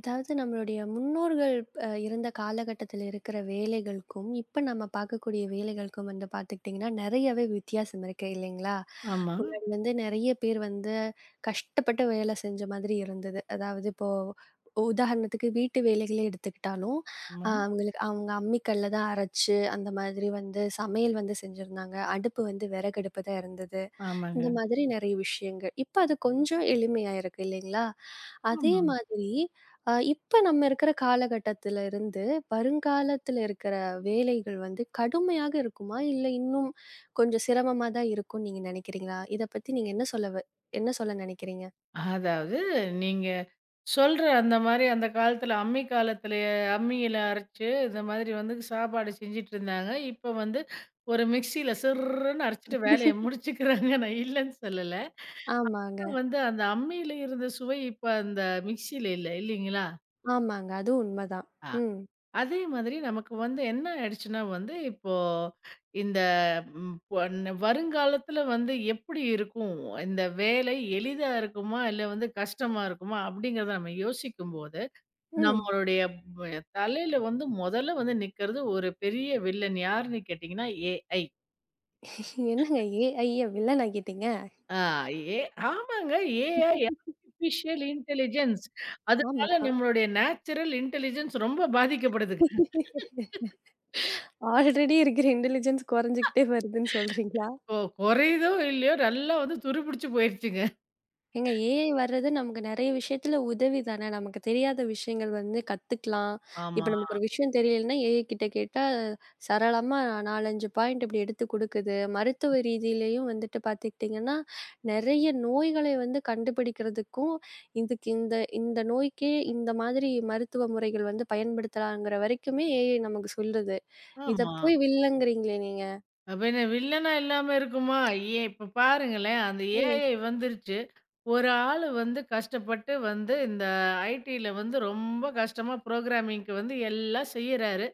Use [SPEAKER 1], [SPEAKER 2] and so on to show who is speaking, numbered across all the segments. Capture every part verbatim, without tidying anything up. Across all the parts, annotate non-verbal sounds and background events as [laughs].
[SPEAKER 1] அதாவது நம்மளுடைய முன்னோர்கள் அ இருந்த காலகட்டத்தில இருக்கிற வேலைகளுக்கும், இப்ப நம்ம பார்க்கக்கூடிய வேலைகளுக்கும் வந்து பார்த்துக்கிட்டிங்கன்னா, நெறையவே வித்தியாசம் இருக்கு இல்லைங்களா?
[SPEAKER 2] ஆமா.
[SPEAKER 1] முன்னாடி வந்து நெறைய பேர் வந்து கஷ்டப்பட்டு வேலை செஞ்ச மாதிரி இருந்தது. அதாவது இப்போ உதாரணத்துக்கு வீட்டு வேலைகளே எடுத்துக்கிட்டாலும், அ
[SPEAKER 2] ஆமா.
[SPEAKER 1] அவங்களுக்கு அவங்க அம்மிக்கல்ல தான் அரைச்சு, அந்த மாதிரி வந்து சமையல் வந்து செஞ்சிருந்தாங்க. அடுப்பு வந்து விறகடுப்பு தான் இருந்தது.
[SPEAKER 2] ஆமாங்க.
[SPEAKER 1] இந்த மாதிரி நெறைய விஷயங்கள். இப்ப அது கொஞ்சம் எளிமையா இருக்கு இல்லைங்களா? அதே
[SPEAKER 2] ஆமா.
[SPEAKER 1] மாதிரி, அ இப்ப நம்ம இருக்கிற காலகட்டத்துல இருந்து, வருங்காலத்துல இருக்கிற வேலைகள் வந்து கடுமையாக இருக்குமா? இல்ல இன்னும் கொஞ்சம் சிரமமா தான் இருக்கும்னு நீங்க நினைக்கிறீங்களா? இத பத்தி நீங்க என்ன சொல்ல வ என்ன சொல்ல நினைக்கிறீங்க?
[SPEAKER 2] அதாவது நீங்க சொல்ற அந்த மாரி அந்த காலத்துல அம்மி காலத்திலயே அம்மியில அரைச்சு, இந்த மாதிரி வந்து சாப்பாடு செஞ்சுட்டு இருந்தாங்க. இப்ப வந்து ஒரு மிக்ஸியில சிர்ருன்னு அரைச்சுட்டு வேலைய முடிச்சுக்கிறாங்க. நான் இல்லன்னு சொல்லல.
[SPEAKER 1] ஆமாங்க,
[SPEAKER 2] வந்து அந்த அம்மியில இருந்த சுவை இப்ப அந்த மிக்ஸியில இல்ல இல்லைங்களா?
[SPEAKER 1] ஆமாங்க. அது உண்மதான். ம்,
[SPEAKER 2] அதே மாதிரி நமக்கு வந்து என்ன ஆயிடுச்சுன்னா வந்து, இப்போ இந்த ம் பொ ந வருங்காலத்தில வந்து எப்படி இருக்கும்? இந்த வேலை எளிதா இருக்குமா? இல்ல வந்து கஷ்டமா இருக்குமா? அப்படிங்கிறத நம்ம யோசிக்கும்போது,
[SPEAKER 1] ம்.
[SPEAKER 2] நம்மளுடைய ப தலையில வந்து முதல்ல வந்து நிக்கிறது ஒரு பெரிய வில்லன் யாருன்னு கேட்டீங்கன்னா, ஏஐ.
[SPEAKER 1] என்னங்க ஏஐய வில்லன் ஆக்கிட்டீங்க?
[SPEAKER 2] ஆ ஏ ஆமாங்க. AI artificial intelligence. அதனால
[SPEAKER 1] ஆமா.
[SPEAKER 2] நம்மளுடைய நேச்சுரல் இன்டெலிஜென்ஸ் ரொம்ப பாதிக்கப்படுதுங்க.
[SPEAKER 1] ஆல்ரெடி இருக்கிற இன்டெலிஜென்ஸ் குறைஞ்சுகிட்டே வருதுன்னு சொல்றீங்களா?
[SPEAKER 2] இப்போ குறையுதோ இல்லையோ நல்லா வந்து துருப்பிடிச்சு போயிருச்சுங்க.
[SPEAKER 1] ஏங்க ஏஐ வர்றது நமக்கு நெறைய விஷயத்துல உதவி தானே. நமக்கு தெரியாத விஷயங்கள் வந்து கத்துக்கலாம். இப்ப
[SPEAKER 2] ஆமா,
[SPEAKER 1] நமக்கு ஒரு விஷயம் தெரியலன்னா, ஏஐ கிட்ட கேட்டா சரளமா நாலு, அஞ்சு பாயிண்ட் இப்படி எடுத்து குடுக்குது. மருத்துவ ரீதியிலயும் வந்துட்டு பார்த்துக்கிட்டீங்கன்னா, நெறைய நோய்களை வந்து கண்டுபிடிக்கிறதுக்கும், இதுக்கு இந்த இந்த நோய்க்கே இந்த மாதிரி மருத்துவ முறைகள் வந்து பயன்படுத்தலாங்கிற வரைக்குமே ஏஐ நமக்கு சொல்லுது. இத
[SPEAKER 2] ஆமா.
[SPEAKER 1] போய் வில்லங்கிறீங்களே நீங்க.
[SPEAKER 2] அப்ப என்ன வில்லனா இல்லாம இருக்குமா? ஏ இப்ப பாருங்களேன், அந்த
[SPEAKER 1] ம்.
[SPEAKER 2] ஏஐ வந்துருச்சு. ஒரு ஆளு வந்து கஷ்டப்பட்டு வந்து இந்த ஐடில வந்து ரொம்ப கஷ்டமா புரோகிராமிங்க்கு வந்து எல்லாம் செய்யறாரு.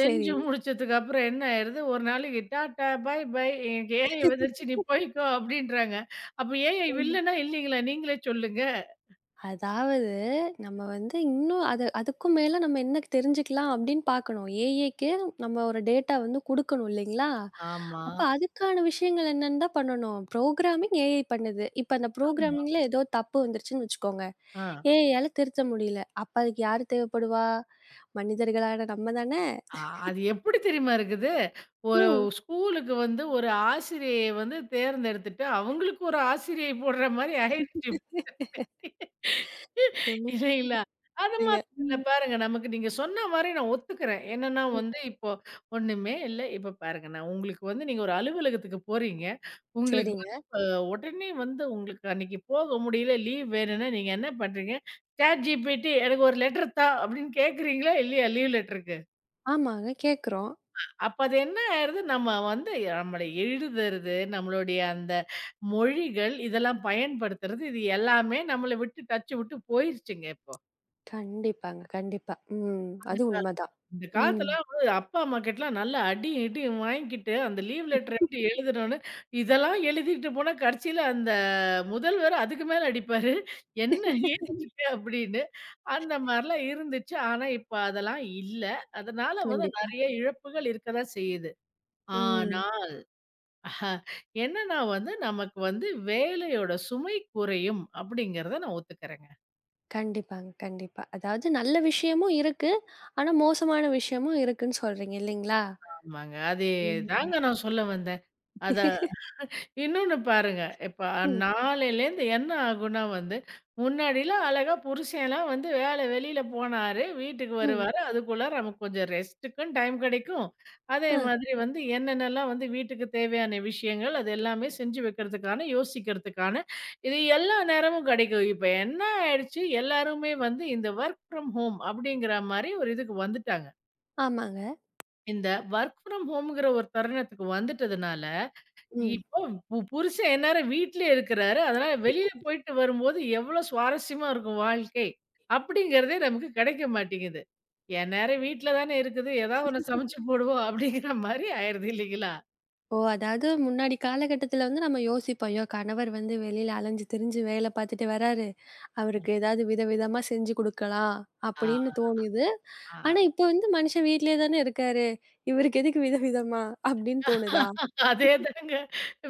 [SPEAKER 1] சரி.
[SPEAKER 2] முடிச்சதுக்கு அப்புறம் என்ன ஆயிருது? ஒரு நாளைக்கு டாட்டா, பாய் பாய் எனக்கு ஏஐ வந்துருச்சு நீ போய்க்கோ அப்படின்றாங்க. அப்ப ஏஐ
[SPEAKER 1] ம்.
[SPEAKER 2] வில்லனா இல்லீங்களா? நீங்களே சொல்லுங்க.
[SPEAKER 1] அதாவது, நம்ம வந்து இன்னும் அது அதுக்கும் மேல நம்ம என்ன தெரிஞ்சுக்கலாம் அப்படின்னு பார்க்கணும். ஏஐக்கு நம்ம ஒரு டேட்டா வந்து குடுக்கணும் இல்லைங்களா?
[SPEAKER 2] ஆமா.
[SPEAKER 1] அப்ப அதுக்கான விஷயங்கள் என்னன்னு தான் பண்ணணும். புரோகிராமிங் ஏஐ பண்ணுது. இப்ப அந்த
[SPEAKER 2] ஆமா.
[SPEAKER 1] புரோகிராமிங்ல ஏதோ தப்பு வந்துருச்சுன்னு வச்சுக்கோங்க.
[SPEAKER 2] ஆ.
[SPEAKER 1] ஏஐயால திருத்த முடியல. அப்ப அதுக்கு யாரு தேவைப்படுவா? மனிதர்களான நம்ம தானே?
[SPEAKER 2] ஆ அது எப்படி தெரியுமா இருக்குது? ஒரு
[SPEAKER 1] ம்.
[SPEAKER 2] ஸ்கூலுக்கு வந்து ஒரு ஆசிரியைய வந்து தேர்ந்தெடுத்துட்டு, அவங்களுக்கு ஒரு ஆசிரியை போடுற மாரி ஆயிடுச்சு.
[SPEAKER 1] ரொம்ப
[SPEAKER 2] இல்லைங்களா? அது
[SPEAKER 1] சரிங்க.
[SPEAKER 2] மாதிரி இல்ல
[SPEAKER 1] ம்.
[SPEAKER 2] பாருங்க, நமக்கு நீங்க சொன்ன மாரி நான் ஒத்துக்கிறேன். என்னன்னா
[SPEAKER 1] ம்.
[SPEAKER 2] வந்து இப்போ ஒண்ணுமே இல்ல. இப்ப பாருங்க, நான் உங்களுக்கு வந்து நீங்க ஒரு அலுவலகத்துக்கு போறீங்க. உங்களுக்கு வந்து
[SPEAKER 1] சரிங்க.
[SPEAKER 2] அ உடனே வந்து உங்களுக்கு அன்னைக்கு போக முடியல, லீவ் வேணும்னா நீங்க என்ன பண்றீங்க? ChatGPT எனக்கு ஒரு லெட்டர் தா அப்படின்னு கேட்கிறீங்களா? இல்லையா லீவ் லெட்டருக்கு?
[SPEAKER 1] ஆமாங்க. கேட்குறோம்.
[SPEAKER 2] அப்ப அது என்ன ஆயிருது, நம்ம வந்து நம்மள எழுதுறது, நம்மளுடைய அந்த மொழிகள் இதெல்லாம் பயன்படுத்துறது, இது எல்லாமே நம்மள விட்டு டச்ச விட்டு போயிருச்சுங்க இப்போ.
[SPEAKER 1] கண்டிப்பாங்க. கண்டிப்பா. ம்.
[SPEAKER 2] அந்த
[SPEAKER 1] அது
[SPEAKER 2] கா
[SPEAKER 1] உண்மதான்.
[SPEAKER 2] அந்த
[SPEAKER 1] ம்.
[SPEAKER 2] காலத்துலலாம் வந்து அப்பா, அம்மா கிட்டலாம் நல்லா அடி, இடியும் வாங்கிக்கிட்டு, அந்த லீவ் லெட்டர் எப்படி எழுதணும்னு இதெல்லாம் எழுதிட்டு போனா கடைசியில அந்த முதல்வர் அதுக்கு மேல அடிப்பாரு. என்ன [laughs] எழுதிருக்க அப்படின்னு. அந்த மாரிலாம் இருந்துச்சு. ஆனா இப்ப அதெல்லாம் இல்ல. அதனால வந்து
[SPEAKER 1] கண்டிப்பா.
[SPEAKER 2] நெறைய இழப்புகள் இருக்க தான் செய்யுது. ஆனா
[SPEAKER 1] ம்.
[SPEAKER 2] அஹ, என்னன்னா வந்து, நமக்கு வந்து வேலையோட சுமை குறையும் அப்படிங்கிறத நான் ஒத்துக்கிறேங்க.
[SPEAKER 1] கண்டிப்பாங்க, கண்டிப்பா. அதாவது நல்ல விஷயமும் இருக்கு. ஆனா, மோசமான விஷயமும் இருக்குன்னு சொல்றீங்க இல்லைங்களா?
[SPEAKER 2] ஆமாங்க.
[SPEAKER 1] ம்.
[SPEAKER 2] அதேதாங்க நான் சொல்ல வந்தேன். அத இன்னொன்னு பாருங்க. இப்ப
[SPEAKER 1] ம்,
[SPEAKER 2] நாளையிலேருந்து என்ன ஆகும்னா வந்து, முன்னாடிலாம் அழகா புருஷன்லாம் வந்து வேலை வெளியில போனாரு, வீட்டுக்கு
[SPEAKER 1] ம்.
[SPEAKER 2] வருவாரு. அதுக்குள்ளார நமக்கு கொஞ்சம் ரெஸ்ட்டுக்கும் டைம் கிடைக்கும். அதே
[SPEAKER 1] அ,
[SPEAKER 2] மாதிரி வந்து என்னென்னலாம் வந்து வீட்டுக்கு தேவையான விஷயங்கள், அது எல்லாமே செஞ்சு வைக்கிறதுக்கான, யோசிக்கிறதுக்கான, இது எல்லா நேரமும் கிடைக்கும். இப்ப என்ன ஆயிடுச்சு, எல்லாருமே வந்து இந்த வொர்க் ஃப்ரம் ஹோம் அப்படிங்கிற மாரி ஒரு இதுக்கு வந்துட்டாங்க.
[SPEAKER 1] ஆமாங்க.
[SPEAKER 2] இந்த வொர்க் ஃப்ரம் ஹோம்ங்கிற ஒரு தருணத்துக்கு வந்துட்டதுனால,
[SPEAKER 1] ம்.
[SPEAKER 2] இப்போ பு புருஷன் எந்நேரம் வீட்லயே இருக்கிறாரு. அதனால வெளியில போயிட்டு வரும்போது எவ்ளோ சுவாரஸ்யமா இருக்கும் வாழ்க்கை. அப்படிங்கிறதே நமக்கு கிடைக்க மாட்டேங்குது. எந்நேரம் வீட்ல தானே இருக்குது. ஏதாவது ஒண்ணு சமைச்சு போடுவோம் அப்படிங்கிற மாரி ஆயிருது இல்லைங்களா?
[SPEAKER 1] ஓ! அதாவது முன்னாடி காலகட்டத்தில வந்து நம்ம யோசிப்போம். ஐயோ! கணவர் வந்து வெளியில அலைஞ்சு திரிஞ்சு வேலை பார்த்துட்டு வராரு. அவருக்கு ஏதாவது விதவிதமா செஞ்சு குடுக்கலாம்
[SPEAKER 2] ஆ,
[SPEAKER 1] அப்படின்னு தோணியது.
[SPEAKER 2] ஆ.
[SPEAKER 1] ஆனா, இப்ப வந்து மனுஷன் வீட்லயே தானே இருக்காரு. இவருக்கு எதுக்கு விதவிதமா அப்படின்னு தோணுதா?
[SPEAKER 2] அதேதாங்க.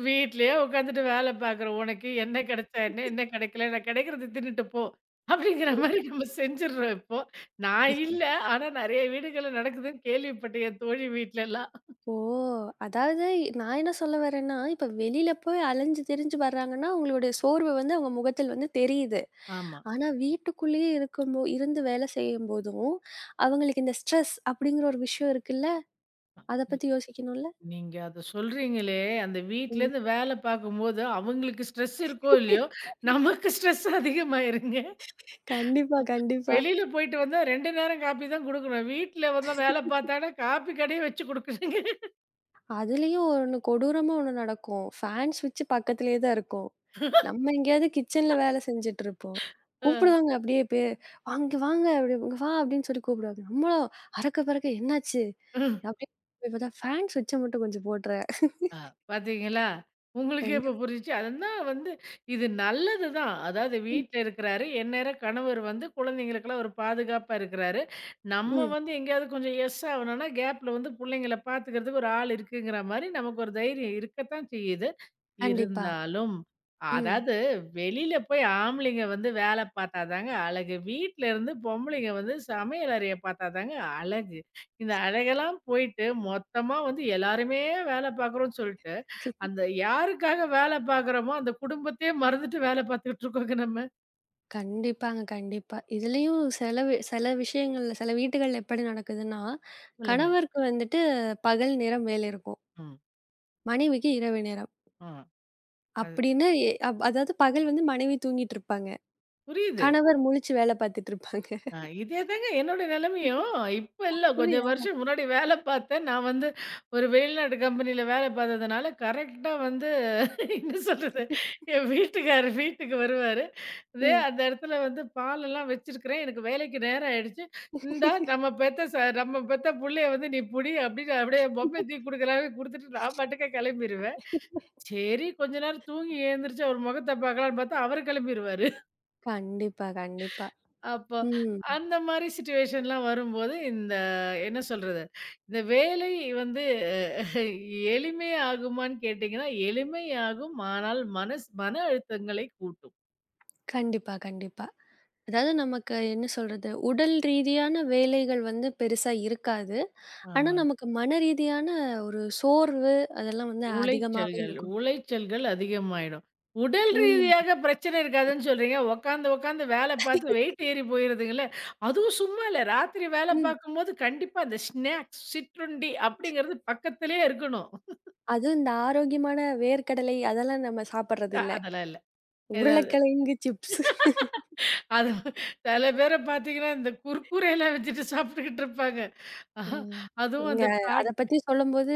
[SPEAKER 2] வீட்லயே உட்காந்துட்டு வேல பாக்குற உனக்கு என்ன கிடைச்சா என்ன, என்ன கிடைக்கல நான் கிடைக்கிறத தின்னுட்டு போ. அப்படிங்கிற மாரி நம்ம செஞ்சுடுறோம் இப்போ. நான் இல்ல. ஆனா நெறைய வீடுகள்ல நடக்குதுன்னு கேள்விப்பட்டேன் என் தோழி வீட்லலாம்.
[SPEAKER 1] ஓ! அதாவது நான் என்ன சொல்ல வரேன்னா, இப்ப வெளியில போய் அலைஞ்சு திரிஞ்சு வர்றாங்கன்னா, அவங்களுடைய சோர்வு வந்து அவங்க முகத்தில் வந்து தெரியுது.
[SPEAKER 2] ஆமா.
[SPEAKER 1] ஆனா வீட்டுக்குள்ளேயே இருக்கும்போ இருந்து வேலை செய்யும்போதும், அவங்களுக்கு இந்த ஸ்ட்ரெஸ் அப்படிங்கிற ஒரு விஷயம் இருக்குல்ல, அத பத்தி யோசிக்கணும்ல?
[SPEAKER 2] நீங்க அத சொல்றீங்களே, அந்த
[SPEAKER 1] ம்.
[SPEAKER 2] வீட்லேருந்து வேல பார்க்கும்போது, அவங்களுக்கு ஸ்ட்ரெஸ் இருக்கோ இல்லையோ, நமக்கு ஸ்ட்ரெஸ் அதிகமாயிருங்க.
[SPEAKER 1] கண்டிப்பா, கண்டிப்பா.
[SPEAKER 2] வெளியில போயிட்டு வந்தா இரண்டு நேரம் காப்பி தான் குடுக்கணும். வீட்ல வந்தா வேல பார்த்தாங்கன்னா, காப்பி கடையே வச்சு குடுக்குதுங்க.
[SPEAKER 1] அதுலயும் ஒண்ணு கொடூரமா ஒண்ணு நடக்கும். ஃபேன் ஸ்விட்ச் பக்கத்திலேயே தான் இருக்கும். நம்ம எங்கேயாவது கிச்சன்ல வேலை செஞ்சுட்டு இருப்போம். கூப்பிடுவாங்க அப்படியே பே "வாங்க இங்க வாங்க" அப்படி "இங்க வா" அப்படின்னு சொல்லி கூப்பிடுவாங்க. நம்மளும் அரக்க பறக்க என்னாச்சு?
[SPEAKER 2] அ.
[SPEAKER 1] அப்படியே போய் பார்த்தா ஃபேன் ஸ்விட்ச மட்டும் கொஞ்சம் போட்டுறேன்.
[SPEAKER 2] ஆ, பாத்தீங்களா? உங்களுக்கே இப்ப
[SPEAKER 1] கண்டிப்பா.
[SPEAKER 2] புரிஞ்சுச்சு. அதுதான் வந்து இது நல்லது தான். அதாவது வீட்ல இருக்கிறாரு, எந்நேரம் கணவர் வந்து குழந்தைங்களுக்கெல்லாம் ஒரு பாதுகாப்பா இருக்கிறாரு. நம்ம
[SPEAKER 1] ம்.
[SPEAKER 2] வந்து எங்கேயாவது கொஞ்சம் எஸ் ஆவணும்னா, கேப்ல வந்து புள்ளைங்கள பாத்துக்கிறதுக்கு ஒரு ஆள் இருக்குங்கிற மாரி நமக்கு ஒரு தைரியம் இருக்கத்தான் செய்யுது.
[SPEAKER 1] கண்டிப்பா.
[SPEAKER 2] இருந்தாலும்,
[SPEAKER 1] ம்.
[SPEAKER 2] அதாவது வெளியில போய் ஆம்பளைங்க வந்து வேல பாத்தா தாங்க அழகு. வீட்ல இருந்து பொம்பளைங்க வந்து சமையல் அறைய பாத்தா தாங்க அழகு. இந்த அழகெல்லாம் போயிட்டு, மொத்தமா வந்து எல்லாருமே வேல பார்க்குறோம்ன்னு சொல்ட்டு, அந்த யாருக்காக வேல பார்க்குறோமோ, அந்த குடும்பத்தையே மறந்துட்டு வேல பார்த்துக்கிட்டு இருக்கோங்க நம்ம.
[SPEAKER 1] கண்டிப்பாங்க, கண்டிப்பா. இதுலயும் செலவு சில விஷயங்கள்ல சில வீடுகள்ல எப்படி நடக்குதுன்னா,
[SPEAKER 2] சொல்லுங்க.
[SPEAKER 1] கணவருக்கு வந்துட்டு பகல் நேரம் வேலை இருக்கும்.
[SPEAKER 2] ம்.
[SPEAKER 1] மனைவிக்கு இரவு நேரம்.
[SPEAKER 2] ஆ. அது
[SPEAKER 1] அப்படின்னு எ அப்- அதாவது பகல் வந்து மனைவி தூங்கிட்டு இருப்பாங்க.
[SPEAKER 2] புரியுது.
[SPEAKER 1] கணவர் முழிச்சு வேலை பார்த்துட்டு இருப்பாங்க.
[SPEAKER 2] ஆ இதேதாங்க என்னோட நிலைமையும். இப்ப இல்ல. கொஞ்சம்
[SPEAKER 1] அப்படியா?
[SPEAKER 2] வருஷம் முன்னாடி வேலை பார்த்தேன். நான் வந்து ஒரு வெளிநாட்டு கம்பெனியில வேலை பார்த்ததுனால, கரெக்ட்டா வந்து [laughs] என்ன சொல்றது? என் வீட்டுக்காரர் வீட்டுக்கு வருவாரு. இதே
[SPEAKER 1] ம்.
[SPEAKER 2] அந்த இடத்துல வந்து பாலெல்லாம் வச்சிருக்கிறேன். எனக்கு வேலைக்கு நேரம் ஆயிடுச்சு. "இந்தா நம்ம பெத்த ச நம்ம பெத்த புள்ளைய வந்து நீ புடி" அப்படின்னு அப்படியே பொம்மைய தூக்கி குடுக்குறாங்க. குடுத்துட்டு நான் பாட்டுக்க கெளம்பிருவேன். சரி கொஞ்ச நேரம் தூங்கி எழுந்திரிச்சு அவர் முகத்த பார்க்கலான்னு பார்த்தா, அவரு கெளம்பிருவாரு.
[SPEAKER 1] கண்டிப்பா, கண்டிப்பா.
[SPEAKER 2] அப்போ
[SPEAKER 1] ம்.
[SPEAKER 2] அந்த மாரி சிச்சுவேஷன்லாம் வரும்போது, இந்த என்ன சொல்றது? இந்த வேலை வந்து அஹ், எளிமையாகுமான்னு கேட்டீங்கன்னா, எளிமையாகும். ஆனால் மனஸ் மன அழுத்தங்களை கூட்டும்.
[SPEAKER 1] கண்டிப்பா, கண்டிப்பா. அதாவது நமக்கு என்ன சொல்றது, உடல் ரீதியான வேலைகள் வந்து பெருசா இருக்காது. ஆனா,
[SPEAKER 2] ஆமாங்க.
[SPEAKER 1] நமக்கு மன ரீதியான ஒரு சோர்வு அதெல்லாம் வந்து அதிகமாவே
[SPEAKER 2] உளைச்சல்கள்,
[SPEAKER 1] இருக்கும்.
[SPEAKER 2] உளைச்சல்கள் அதிகமாயிடும். உடல்
[SPEAKER 1] ம்,
[SPEAKER 2] ரீதியாக பிரச்சனை இருக்காதுன்னு சொல்றீங்க. உட்காந்து, உட்காந்து வேல பார்த்து வெயிட் ஏறி போயிருதுங்கல்ல. அதுவும் சும்மா இல்ல. ராத்திரி வேல
[SPEAKER 1] ம்.
[SPEAKER 2] பார்க்கும்போது கண்டிப்பா அந்த ஸ்நாக்ஸ், சிற்றுண்டி அப்படிங்கிறது பக்கத்திலேயே இருக்கணும்.
[SPEAKER 1] அதுவும் இந்த ஆரோக்கியமான வேர்க்கடலை அதெல்லாம் நம்ம சாப்பிடுறது
[SPEAKER 2] அ-
[SPEAKER 1] இல்ல.
[SPEAKER 2] அதெல்லாம் இல்ல. ஏதாவது
[SPEAKER 1] உருளைக்கிழங்கு சிப்ஸ்.
[SPEAKER 2] அது சில பேர பார்த்தீங்கன்னா, இந்த குர்குரேலாம் வச்சுட்டு சாப்பிட்டுக்கிட்டு இருப்பாங்க. ஆஹா,
[SPEAKER 1] ம்.
[SPEAKER 2] அதுவும்
[SPEAKER 1] நீங்க
[SPEAKER 2] அந்த
[SPEAKER 1] அத
[SPEAKER 2] பேக்
[SPEAKER 1] பத்தி சொல்லும்போது,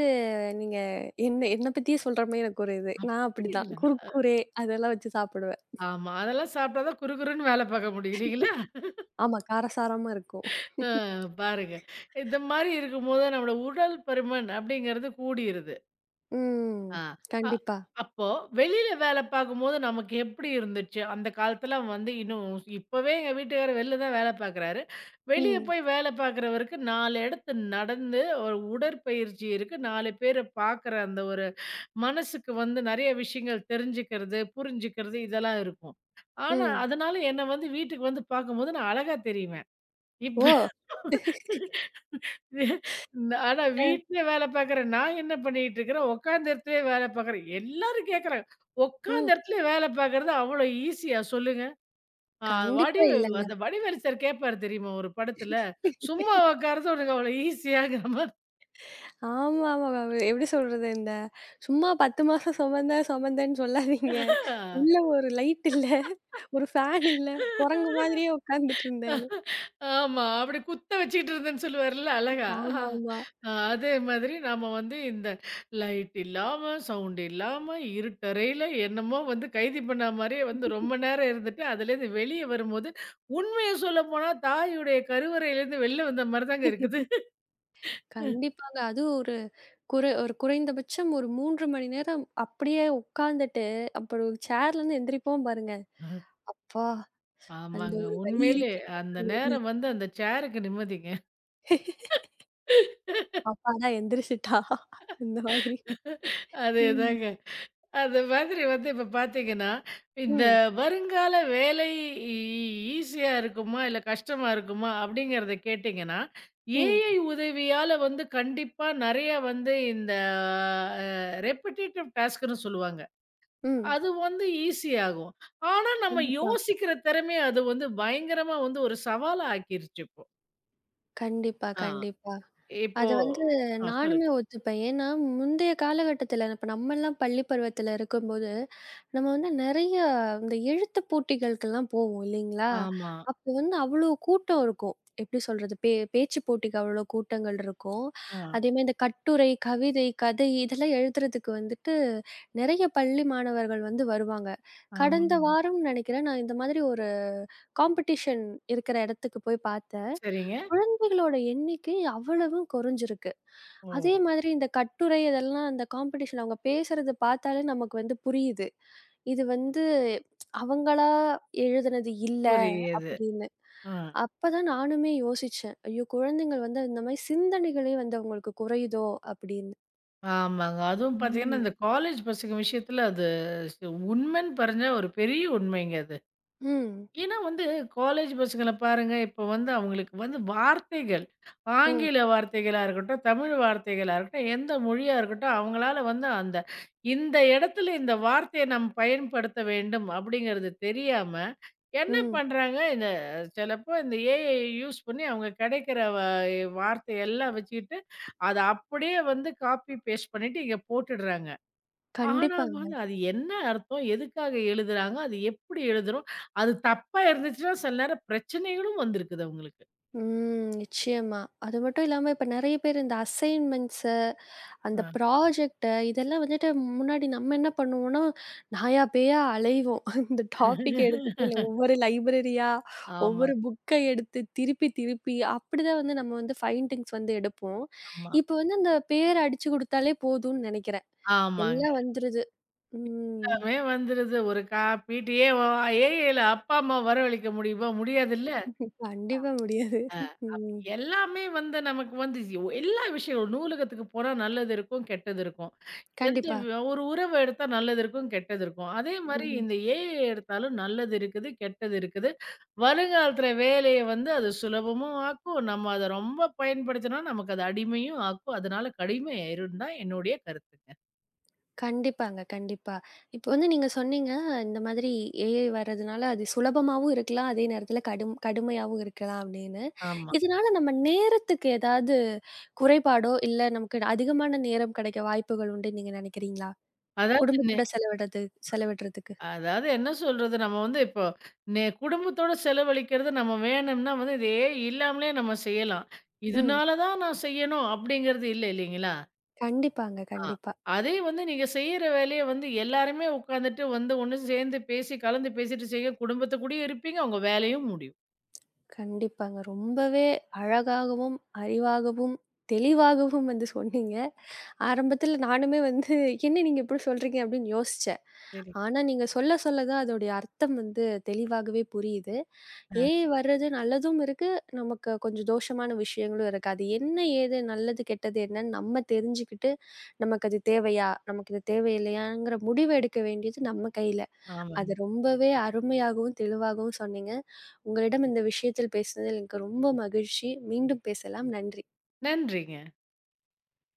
[SPEAKER 1] நீங்க என்ன என்ன பத்தியே சொல்ற மாரி எனக்கு ஒரு இது. நான் அப்படிதான்.
[SPEAKER 2] அப்படிங்களா?
[SPEAKER 1] குர்குரே அதெல்லாம் வச்சு சாப்பிடுவேன்.
[SPEAKER 2] ஆமா. அதெல்லாம் சாப்பிட்டா தான் குறுகுறுன்னு வேல பார்க்க முடியும் இல்லைங்களா?
[SPEAKER 1] ஆமா. காரசாரமா இருக்கும்.
[SPEAKER 2] அ பாருங்க. இந்த மாரி இருக்கும்போது நம்மளோட உடல் பருமன் அப்படிங்கிறது கூடிருது.
[SPEAKER 1] ம்.
[SPEAKER 2] ஆ. அ
[SPEAKER 1] கண்டிப்பா.
[SPEAKER 2] அப்போ வெளியில வேல பார்க்கும்போது நமக்கு எப்படி இருந்துச்சு? அந்த காலத்துல வந்து இன்னும் இப்பவே எங்க வீட்டுக்காரர் வெளில தான் வேல பார்க்குறாரு. வெளிய
[SPEAKER 1] ம்.
[SPEAKER 2] போய் வேல பார்க்குறவருக்கு நாலு இடத்து நடந்து ஒரு உடற்பயிற்சி இருக்கு. நாலு பேர பார்க்குற அந்த ஒரு மனசுக்கு வந்து நெறைய விஷயங்கள் தெரிஞ்சுக்கிறது, புரிஞ்சுக்கிறது இதெல்லாம் இருக்கும். ஆனா
[SPEAKER 1] ம்.
[SPEAKER 2] அதனால என்ன வந்து வீட்டுக்கு வந்து பார்க்கும்போது நான் அழகா தெரிவேன். இப்ப
[SPEAKER 1] ஓ!
[SPEAKER 2] ஆனா
[SPEAKER 1] அ.
[SPEAKER 2] வீட்ல வேலை பார்க்குறேன். நான் என்ன பண்ணிட்டு இருக்கிறேன், உட்கார்ந்த இடத்துலயே வேலை பார்க்குறேன். எல்லாரும் கேட்குறாங்க. உட்கார்ந்த
[SPEAKER 1] ம்.
[SPEAKER 2] இடத்துலயே வேலை பார்க்குறது அவ்வளோ ஈஸியா சொல்லுங்க? ஆ
[SPEAKER 1] கண்டிப்பா
[SPEAKER 2] வடிவு
[SPEAKER 1] இல்லங்க.
[SPEAKER 2] அந்த வடிவேலு சார் கேட்பாரு தெரியுமா ஒரு படத்துல, சும்மா உட்கார்றது உனக்கு அவ்வளோ ஈஸியாங்கிற மாரி.
[SPEAKER 1] ஆமாமா. எப்படி சொல்றது? இந்த சும்மா பத்து மாசம் சுமந்தேன், சுமந்தேன்னு சொல்லாதீங்க. உள்ள ஒரு லைட் இல்ல. ஒரு ஃபேன் இல்ல. குரங்கு மாதிரியே உட்கார்ந்துட்டு இருந்தேன்னு.
[SPEAKER 2] ஆமா. அப்படி குத்த வச்சுக்கிட்டு இருந்தேன்னு சொல்லுவார்ல அழகா.
[SPEAKER 1] ஆமாமா.
[SPEAKER 2] அ அதே மாதிரி நாம வந்து இந்த லைட் இல்லாம, சவுண்ட் இல்லாம, இருட்டறையில என்னமோ வந்து கைதி பண்ண மாரியே வந்து ரொம்ப நேரம் இருந்துட்டு, அதுலேருந்து வெளிய வரும்போது, உண்மைய சொல்லப்போனா தாயுடைய கருவறையிலேருந்து வெளில வந்த மாரி தாங்க இருக்குது.
[SPEAKER 1] கண்டிப்பாங்க. அதுவும் ஒரு குறை ஒரு குறைந்தபட்சம் ஒரு மூணு மணி நேரம் அப்படியே உட்கார்ந்துட்டு, அப்புறம் சேர்லருந்து எந்திரிப்போம் பாருங்க. அப்பா! அந்த
[SPEAKER 2] ஆமாங்க.
[SPEAKER 1] ஒரு வலி
[SPEAKER 2] உண்மையிலே
[SPEAKER 1] இருக்கே அந்த
[SPEAKER 2] அந்த
[SPEAKER 1] ஒரு வலி.
[SPEAKER 2] நேரம் வந்து அந்த சேருக்கு நிம்மதிங்க.
[SPEAKER 1] அப்பாடா எந்திரிச்சுட்டா! அந்த மாதிரி. ம்.
[SPEAKER 2] அதேதாங்க. அந்த மாதிரி வந்து இப்ப பார்த்தீங்கன்னா, இந்த
[SPEAKER 1] ம்.
[SPEAKER 2] வருங்கால வேலை ஈ ஈஸியா இருக்குமா? இல்ல கஷ்டமா இருக்குமா? அப்படிங்கிறத கேட்டீங்கன்னா,
[SPEAKER 1] ம்.
[SPEAKER 2] ஏஐ உதவியால வந்து கண்டிப்பா நெறைய வந்து இந்த அ ரெப்பிட்டேட்டிவ் டாஸ்க்ன்னு சொல்லுவாங்க.
[SPEAKER 1] ம்.
[SPEAKER 2] அது வந்து ஈஸி ஆகும். ஆனா நம்ம
[SPEAKER 1] கண்டிப்பா.
[SPEAKER 2] யோசிக்கிற திறமைய அது வந்து பயங்கரமா வந்து ஒரு சவாலா ஆக்கிருச்சு இப்போ.
[SPEAKER 1] கண்டிப்பா,
[SPEAKER 2] ஆ.
[SPEAKER 1] கண்டிப்பா.
[SPEAKER 2] இப்போ
[SPEAKER 1] அது வந்து
[SPEAKER 2] ஆ
[SPEAKER 1] நானுமே
[SPEAKER 2] சொல்லுங்க.
[SPEAKER 1] ஒத்துப்பேன். ஏன்னா, முந்தைய காலகட்டத்தில இப்ப நம்மலாம் பள்ளி பருவத்தில இருக்கும்போது நம்ம வந்து நெறைய இந்த எழுத்து போட்டிகளுக்கெல்லாம் போவோம் இல்லைங்களா?
[SPEAKER 2] ஆமா.
[SPEAKER 1] அப்போ வந்து அவ்ளோ கூட்டம் இருக்கும். எப்படி சொல்றது? பே பேச்சு போட்டிக்கு அவ்ளோ கூட்டங்கள் இருக்கும்.
[SPEAKER 2] ஆ,
[SPEAKER 1] அதேமாரி இந்த கட்டுரை, கவிதை, கதை இதெல்லாம் எழுதுறதுக்கு வந்துட்டு நெறைய பள்ளி மாணவர்கள் வந்து வருவாங்க. கடந்த
[SPEAKER 2] ஆமாங்க.
[SPEAKER 1] வாரம் நெனைக்கிறேன், நான் இந்த மாதிரி ஒரு காம்படிஷன் இருக்கிற இடத்துக்கு போய் பார்த்தேன்.
[SPEAKER 2] சரிங்க.
[SPEAKER 1] குழந்தைகளோட எண்ணிக்கை அவ்வளவும் குறைஞ்சிருக்கு.
[SPEAKER 2] ஓ!
[SPEAKER 1] அதே மாதிரி இந்த கட்டுரை இதெல்லாம் அந்த காம்படிஷன் அவங்க பேசுறது பார்த்தாலே நமக்கு வந்து புரியுது. இது வந்து அவங்களா எழுதுனது இல்ல
[SPEAKER 2] புரியுது.
[SPEAKER 1] அப்படின்னு.
[SPEAKER 2] ஆ.
[SPEAKER 1] அப்பதான் நானுமே யோசிச்சேன். ஐயோ! குழந்தைங்கள் வந்து இந்த மாரி சிந்தனைகளே வந்து அவங்களுக்கு குறையுதோ அப்படின்னு.
[SPEAKER 2] ஆமாங்க. அதுவும் பார்த்தீங்கன்னா,
[SPEAKER 1] ம்.
[SPEAKER 2] இந்த காலேஜ் பசங்க விஷயத்தில அது சு உண்மைன்னு பாருங்க ஒரு பெரிய உண்மைங்க அது.
[SPEAKER 1] ம்.
[SPEAKER 2] ஏன்னா வந்து காலேஜ் பசங்கள பாருங்க, இப்போ வந்து அவங்களுக்கு வந்து வார்த்தைகள்,
[SPEAKER 1] ம்.
[SPEAKER 2] ஆங்கில வார்த்தைகளா இருக்கட்டும், தமிழ் வார்த்தைகளா இருக்கட்டும், எந்த மொழியா இருக்கட்டும், அவங்களால வந்து அந்த இந்த இடத்துல இந்த வார்த்தைய நாம் பயன்படுத்த வேண்டும் அப்படிங்கிறது தெரியாம என்ன
[SPEAKER 1] ம்.
[SPEAKER 2] பண்றாங்க, இந்த சிலப்போ இந்த ஏஐ யூஸ் பண்ணி அவங்க கிடைக்கிற வ வார்த்தையெல்லாம் வச்சுக்கிட்டு, அத அப்படியே வந்து காப்பி பேஸ்ட் பண்ணிட்டு இங்க போட்டுடுறாங்க. ஆனா வந்து
[SPEAKER 1] கண்டிப்பாங்க.
[SPEAKER 2] அது என்ன அர்த்தம்? எதுக்காக எழுதுறாங்க? அது எப்படி எழுதுறோம்? அது தப்பா இருந்துச்சுன்னா சில நேரம் பிரச்சனைகளும் வந்திருக்குது அவங்களுக்கு.
[SPEAKER 1] ம். நிச்சயமா. அது மட்டும் இல்லாம இப்ப நெறைய பேர் இந்த அசைன்மெண்ட்ஸு அந்த
[SPEAKER 2] அ.
[SPEAKER 1] ப்ராஜெக்ட்ட இதெல்லாம் வந்துட்டு முன்னாடி நம்ம என்ன பண்ணுவோம்னா, நாயா பேயா அலைவோம். இந்த டாபிக் எடுத்துட்டு இல்ல ஒவ்வொரு லைப்ரரியா,
[SPEAKER 2] ஆமா,
[SPEAKER 1] ஒவ்வொரு புக்க எடுத்து திருப்பி திருப்பி அப்படிதான் வந்து நம்ம வந்து ஃபைண்டிங்ஸ் வந்து எடுப்போம்.
[SPEAKER 2] ஆமா.
[SPEAKER 1] இப்ப வந்து அந்த பேர் அடிச்சு குடுத்தாலே போதும்னு நெனைக்கிறேன்.
[SPEAKER 2] ஆமாங்க.
[SPEAKER 1] எல்லாம் வந்துருது. ம்.
[SPEAKER 2] எல்லாமே வந்துருது. ஒரு காப்பி, டீ ஏ ஏஐல அப்பா, அம்மா வரவழைக்க முடியுமா? முடியாதுல்ல.
[SPEAKER 1] கண்டிப்பா முடியாது.
[SPEAKER 2] அ அப்ப
[SPEAKER 1] ம்.
[SPEAKER 2] எல்லாமே வந்து நமக்கு வந்து யோ எல்லா விஷயம் ஒரு நூலகத்துக்கு போனா நல்லது இருக்கும், கெட்டது இருக்கும். எந்த
[SPEAKER 1] கண்டிப்பா.
[SPEAKER 2] வ ஒரு உறவு எடுத்தா நல்லது இருக்கும், கெட்டது இருக்கும். அதே மாரி
[SPEAKER 1] ம்.
[SPEAKER 2] இந்த ஏஐ எடுத்தாலும் நல்லது இருக்குது, கெட்டது இருக்குது. வருங்காலத்துல வேலைய வந்து அது சுலபமும் ஆக்கும். நம்ம அத ரொம்ப பயன்படுத்தினா நமக்கு அது அடிமையும் ஆக்கும். அதனால கடிமையாயிரும்னு தான் என்னுடைய கருத்துங்க.
[SPEAKER 1] கண்டிப்பாங்க, கண்டிப்பா. இப்போ வந்து நீங்க சொன்னீங்க, இந்த மாதிரி ஏஐ வரதுனால அது சுலபமாவும் இருக்கலாம், அதே நேரத்தில கடும் கடுமையாவும் இருக்கலாம் அப்படின்னு.
[SPEAKER 2] ஆமா.
[SPEAKER 1] இதனால நம்ம நேரத்துக்கு ஏதாவது குறைபாடோ, இல்ல நமக்கு அதிகமான நேரம் கிடைக்க வாய்ப்புகள் உண்டுன்னு நீங்க நினைக்கிறீங்களா?
[SPEAKER 2] அதாவது
[SPEAKER 1] குடும்பத்தோட செலவிடுறது செலவிடுறதுக்கு.
[SPEAKER 2] அதாவது என்ன சொல்றது? நம்ம வந்து இப்போ நே குடும்பத்தோட செலவழிக்கிறது நம்ம வேணும்னா வந்து இது ஏ இல்லாமலே நம்ம செய்யலாம்.
[SPEAKER 1] ம்.
[SPEAKER 2] இதனால தான் நான் செய்யணும் அப்படிங்கிறது இல்ல இல்லைங்களா?
[SPEAKER 1] கண்டிப்பாங்க,
[SPEAKER 2] ஆ.
[SPEAKER 1] கண்டிப்பா.
[SPEAKER 2] அதே வந்து நீங்க செய்யற வேலைய வந்து எல்லாருமே உட்காந்துட்டு வந்து ஒண்ணு சேர்ந்து பேசி, கலந்து பேசிட்டு செய்ய குடும்பத்த கூடயும் இருப்பீங்க. உங்க வேலையும் முடியும்.
[SPEAKER 1] கண்டிப்பாங்க. ரொம்பவே அழகாகவும், அறிவாகவும், தெளிவாகவும் வந்து சொன்னீங்க. ஆரம்பத்தில நானுமே வந்து, "என்ன நீங்க இப்படி சொல்றீங்க?" அப்படின்னு யோசிச்சேன்.
[SPEAKER 2] சரிங்க.
[SPEAKER 1] ஆனா நீங்க சொல்ல சொல்ல தான் அதோடைய அர்த்தம் வந்து தெளிவாகவே புரியுது.
[SPEAKER 2] ஆ.
[SPEAKER 1] "ஏ வர்றது நல்லதும் இருக்கு, நமக்கு கொஞ்சம் தோஷமான விஷயங்களும் இருக்கு. அது என்ன, ஏது, நல்லது, கெட்டது என்னன்னு நம்ம தெரிஞ்சுக்கிட்டு, நமக்கு அது தேவையா? நமக்கு இது தேவையில்லையாங்கிற முடிவு எடுக்க வேண்டியது நம்ம கையில." அது
[SPEAKER 2] ஆமாங்க.
[SPEAKER 1] ரொம்பவே அருமையாகவும், தெளிவாகவும் சொன்னீங்க. உங்களிடம் இந்த விஷயத்தில் பேசினதில் எனக்கு ரொம்ப மகிழ்ச்சி. மீண்டும் பேசலாம். நன்றி.
[SPEAKER 2] நன்றிங்க.